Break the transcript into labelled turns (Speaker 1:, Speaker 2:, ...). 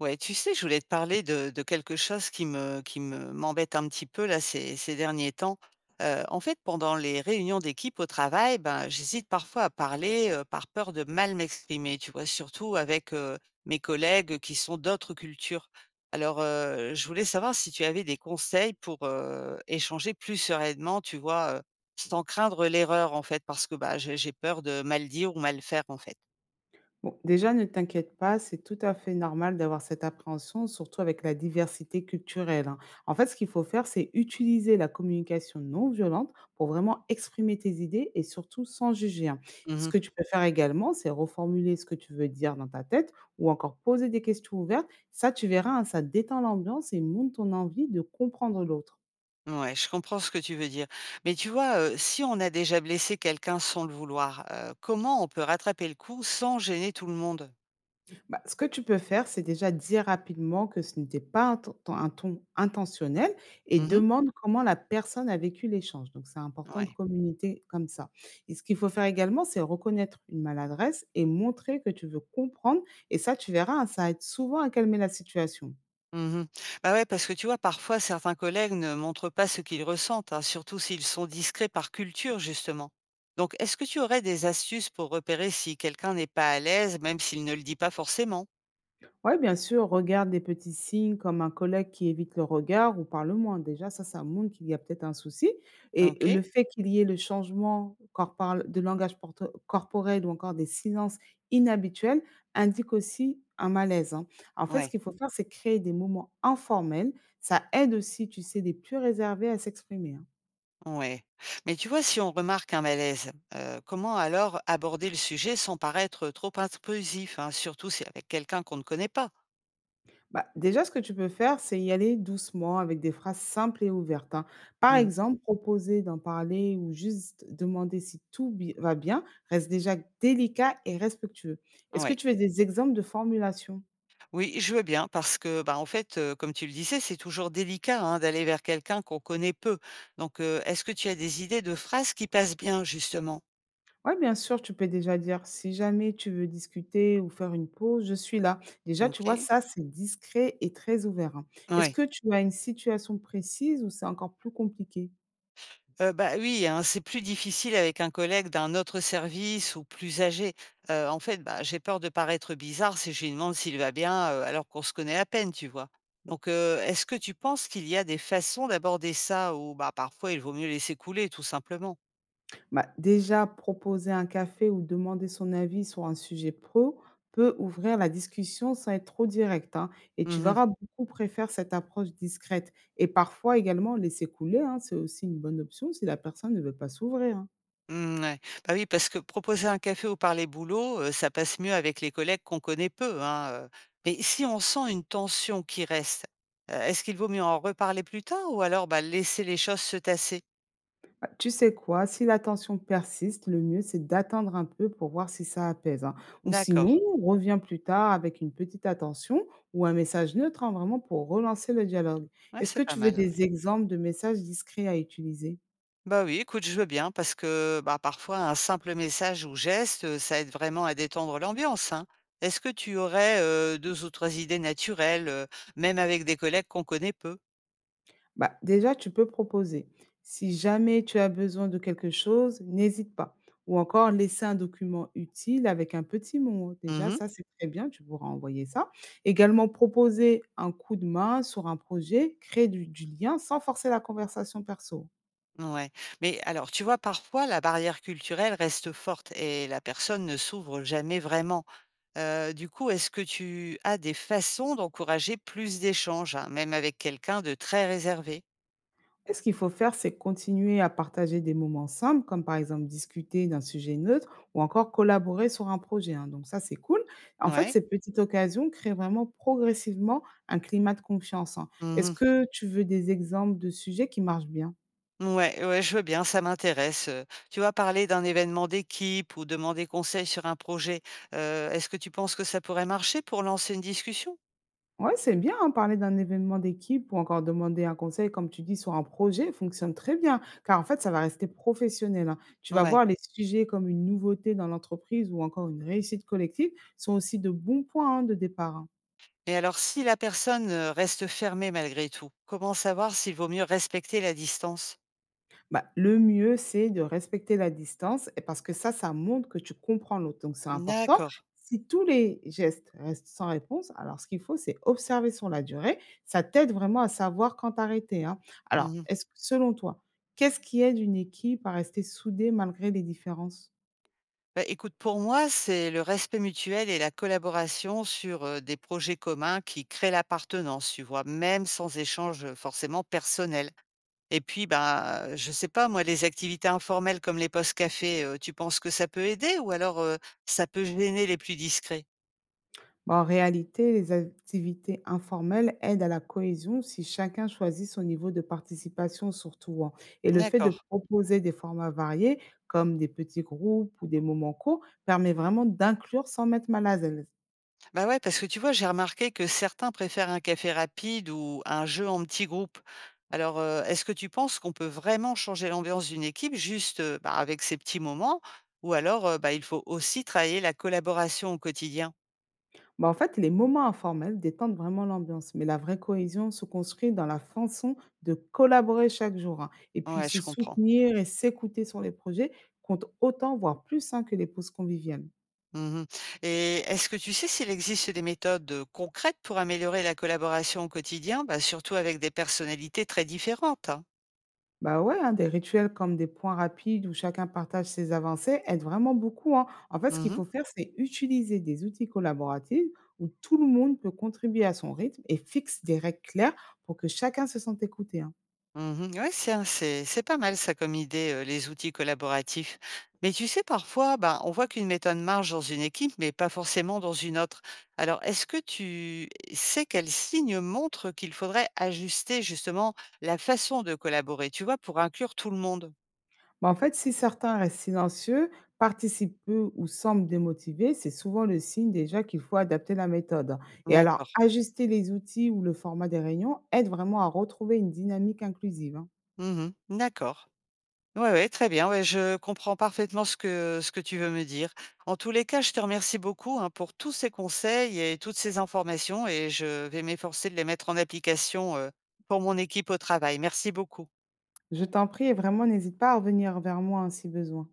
Speaker 1: Ouais, tu sais, je voulais te parler de quelque chose qui me m'embête un petit peu là ces derniers temps. En fait, pendant les réunions d'équipe au travail, ben, j'hésite parfois à parler, par peur de mal m'exprimer, tu vois? Surtout avec, mes collègues qui sont d'autres cultures. Alors, je voulais savoir si tu avais des conseils pour, échanger plus sereinement, tu vois? Sans craindre l'erreur en fait, parce que, bah, j'ai peur de mal dire ou mal faire en fait.
Speaker 2: Bon, déjà, ne t'inquiète pas, c'est tout à fait normal d'avoir cette appréhension, surtout avec la diversité culturelle, hein. En fait, ce qu'il faut faire, c'est utiliser la communication non violente pour vraiment exprimer tes idées et surtout sans juger, hein. Ce que tu peux faire également, c'est reformuler ce que tu veux dire dans ta tête ou encore poser des questions ouvertes. Ça, tu verras, hein, ça détend l'ambiance et monte ton envie de comprendre l'autre.
Speaker 1: Ouais, je comprends ce que tu veux dire. Mais tu vois, si on a déjà blessé quelqu'un sans le vouloir, comment on peut rattraper le coup sans gêner tout le monde?
Speaker 2: Bah, ce que tu peux faire, c'est déjà dire rapidement que ce n'était pas un ton, un ton intentionnel et
Speaker 1: Mmh.
Speaker 2: demande comment la personne a vécu l'échange. Donc, c'est important de
Speaker 1: Ouais.
Speaker 2: communiquer comme ça. Et ce qu'il faut faire également, c'est reconnaître une maladresse et montrer que tu veux comprendre. Et ça, tu verras, hein, ça aide souvent à calmer la situation.
Speaker 1: Mmh. Bah, ouais, parce que tu vois, parfois, certains collègues ne montrent pas ce qu'ils ressentent, hein, surtout s'ils sont discrets par culture, justement. Donc, est-ce que tu aurais des astuces pour repérer si quelqu'un n'est pas à l'aise, même s'il ne le dit pas forcément?
Speaker 2: Ouais, bien sûr, regarde des petits signes comme un collègue qui évite le regard ou parle moins. Déjà, ça montre qu'il y a peut-être un souci. Et
Speaker 1: OK.
Speaker 2: le fait qu'il y ait le changement corporel- de langage porto- corporel ou encore des silences inhabituels indique aussi un malaise, hein. En fait, ce
Speaker 1: Ouais.
Speaker 2: qu'il faut faire, c'est créer des moments informels. Ça aide aussi, tu sais, les plus réservés à s'exprimer, hein.
Speaker 1: Ouais. Mais tu vois, si on remarque un malaise, comment alors aborder le sujet sans paraître trop intrusif, hein, surtout si avec quelqu'un qu'on ne connaît pas?
Speaker 2: Bah, déjà, ce que tu peux faire, c'est y aller doucement avec des phrases simples et ouvertes, hein. Par
Speaker 1: Mmh.
Speaker 2: exemple, proposer d'en parler ou juste demander si tout va bien reste déjà délicat et respectueux. Est-ce que
Speaker 1: Ouais.
Speaker 2: tu veux des exemples de formulation?
Speaker 1: Oui, je veux bien parce que, bah, en fait, comme tu le disais, c'est toujours délicat, hein, d'aller vers quelqu'un qu'on connaît peu. Donc, est-ce que tu as des idées de phrases qui passent bien justement?
Speaker 2: Oui, bien sûr, tu peux déjà dire si jamais tu veux discuter ou faire une pause, je suis là. Déjà, tu vois,
Speaker 1: OK.
Speaker 2: ça, c'est discret et très ouvert, hein. Est-ce
Speaker 1: Oui.
Speaker 2: que tu as une situation précise ou c'est encore plus compliqué?
Speaker 1: Bah, oui, hein, c'est plus difficile avec un collègue d'un autre service ou plus âgé. En fait, bah, j'ai peur de paraître bizarre si je lui demande s'il va bien, alors qu'on se connaît à peine, tu vois? Donc, est-ce que tu penses qu'il y a des façons d'aborder ça ou, bah, parfois il vaut mieux laisser couler tout simplement?
Speaker 2: Bah, déjà, proposer un café ou demander son avis sur un sujet pro peut ouvrir la discussion sans être trop direct, hein. Et tu
Speaker 1: Mmh mh.
Speaker 2: verras, beaucoup préfèrent cette approche discrète. Et parfois également, laisser couler, hein, c'est aussi une bonne option si la personne ne veut pas s'ouvrir, hein.
Speaker 1: Mmh, ouais. Bah, oui, parce que proposer un café ou parler boulot, ça passe mieux avec les collègues qu'on connaît peu, hein. Mais si on sent une tension qui reste, est-ce qu'il vaut mieux en reparler plus tard ou alors, bah, laisser les choses se tasser?
Speaker 2: Bah, tu sais quoi, si la tension persiste, le mieux, c'est d'attendre un peu pour voir si ça apaise, hein. Ou
Speaker 1: D'accord.
Speaker 2: sinon, reviens plus tard avec une petite attention ou un message neutre, hein, vraiment pour relancer le dialogue.
Speaker 1: Ouais,
Speaker 2: Est-ce
Speaker 1: c'est
Speaker 2: que
Speaker 1: pas
Speaker 2: tu veux
Speaker 1: mal, ouais.
Speaker 2: des exemples de messages discrets à utiliser?
Speaker 1: Bah, oui, écoute, je veux bien parce que, bah, parfois un simple message ou geste, ça aide vraiment à détendre l'ambiance, hein. Est-ce que tu aurais, 2 ou 3 idées naturelles, même avec des collègues qu'on connaît peu?
Speaker 2: Bah, déjà, tu peux proposer. Si jamais tu as besoin de quelque chose, n'hésite pas. Ou encore, laisser un document utile avec un petit mot. Déjà,
Speaker 1: Mmh.
Speaker 2: ça, c'est très bien, tu pourras envoyer ça. Également, proposer un coup de main sur un projet, créer du lien sans forcer la conversation perso.
Speaker 1: Ouais. Mais alors, tu vois, parfois la barrière culturelle reste forte et la personne ne s'ouvre jamais vraiment. Du coup, est-ce que tu as des façons d'encourager plus d'échanges, hein, même avec quelqu'un de très réservé?
Speaker 2: Et ce qu'il faut faire, c'est continuer à partager des moments simples, comme par exemple discuter d'un sujet neutre ou encore collaborer sur un projet, hein, donc ça, c'est cool. En fait,
Speaker 1: Ouais.
Speaker 2: ces petites occasions créent vraiment progressivement un climat de confiance, hein. Est-ce
Speaker 1: Mmh.
Speaker 2: que tu veux des exemples de sujets qui marchent bien?
Speaker 1: Ouais, ouais, je veux bien, ça m'intéresse. Tu vois, parler d'un événement d'équipe ou demander conseil sur un projet, est-ce que tu penses que ça pourrait marcher pour lancer une discussion?
Speaker 2: Ouais, c'est bien, hein, parler d'un événement d'équipe ou encore demander un conseil, comme tu dis, sur un projet fonctionne très bien, car en fait, ça va rester professionnel, hein. Tu vas
Speaker 1: Ouais.
Speaker 2: voir les sujets comme une nouveauté dans l'entreprise ou encore une réussite collective sont aussi de bons points, hein, de départ, hein.
Speaker 1: Et alors si la personne, reste fermée malgré tout, comment savoir s'il vaut mieux respecter la distance?
Speaker 2: Bah, le mieux, c'est de respecter la distance et parce que ça montre que tu comprends l'autre, donc c'est important.
Speaker 1: D'accord.
Speaker 2: Si tous les gestes restent sans réponse, alors ce qu'il faut, c'est observer sur la durée. Ça t'aide vraiment à savoir quand t'arrêter, hein. Alors,
Speaker 1: Mmh.
Speaker 2: est-ce que selon toi, qu'est-ce qui aide une équipe à rester soudée malgré les différences?
Speaker 1: Bah, écoute, pour moi, c'est le respect mutuel et la collaboration sur, des projets communs qui créent l'appartenance, tu vois? Même sans échange, forcément personnel. Et puis, bah, je sais pas moi, les activités informelles comme les postes café, tu penses que ça peut aider ou alors, ça peut gêner les plus discrets?
Speaker 2: Bah, en réalité, les activités informelles aident à la cohésion si chacun choisit son niveau de participation surtout, hein. Et le fait de
Speaker 1: D'accord.
Speaker 2: proposer des formats variés, comme des petits groupes ou des moments courts, permet vraiment d'inclure sans mettre mal à l'aise.
Speaker 1: Bah, ouais, parce que tu vois, j'ai remarqué que certains préfèrent un café rapide ou un jeu en petit groupe. Alors, est-ce que tu penses qu'on peut vraiment changer l'ambiance d'une équipe juste, bah, avec ces petits moments ou alors, bah, il faut aussi travailler la collaboration au quotidien?
Speaker 2: Bah, en fait, les moments informels détendent vraiment l'ambiance, mais la vraie cohésion se construit dans la façon de collaborer chaque jour, hein. Et puis
Speaker 1: Ouais, je
Speaker 2: se
Speaker 1: comprends.
Speaker 2: soutenir et s'écouter sur les projets compte autant, voire plus, hein, que les pauses conviviales.
Speaker 1: Mmh. Et est-ce que tu sais s'il existe des méthodes, concrètes pour améliorer la collaboration au quotidien? Bah, surtout avec des personnalités très différentes, hein.
Speaker 2: Bah ouais, hein, des rituels comme des points rapides où chacun partage ses avancées aident vraiment beaucoup, hein. En fait, ce
Speaker 1: Mmh
Speaker 2: qu'il
Speaker 1: mh.
Speaker 2: faut faire, c'est utiliser des outils collaboratifs où tout le monde peut contribuer à son rythme et fixe des règles claires pour que chacun se sente écouté, hein.
Speaker 1: Mmh. Ouais, c'est un c'est pas mal ça comme idée, les outils collaboratifs. Mais tu sais, parfois, bah, on voit qu'une méthode marche dans une équipe, mais pas forcément dans une autre. Alors, est-ce que tu sais quels signes montrent qu'il faudrait ajuster justement la façon de collaborer, tu vois, pour inclure tout le monde?
Speaker 2: Bah en fait, si certains restent silencieux, participent peu ou semblent démotivés, c'est souvent le signe déjà qu'il faut adapter la méthode. Et
Speaker 1: D'accord.
Speaker 2: alors, ajuster les outils ou le format des réunions aide vraiment à retrouver une dynamique inclusive, hein.
Speaker 1: Mmh. D'accord. Ouais, ouais, très bien. Ouais, je comprends parfaitement ce que tu veux me dire. En tous les cas, je te remercie beaucoup, hein, pour tous ces conseils et toutes ces informations et je vais m'efforcer de les mettre en application, pour mon équipe au travail. Merci beaucoup.
Speaker 2: Je t'en prie et vraiment n'hésite pas à revenir vers moi, hein, si besoin.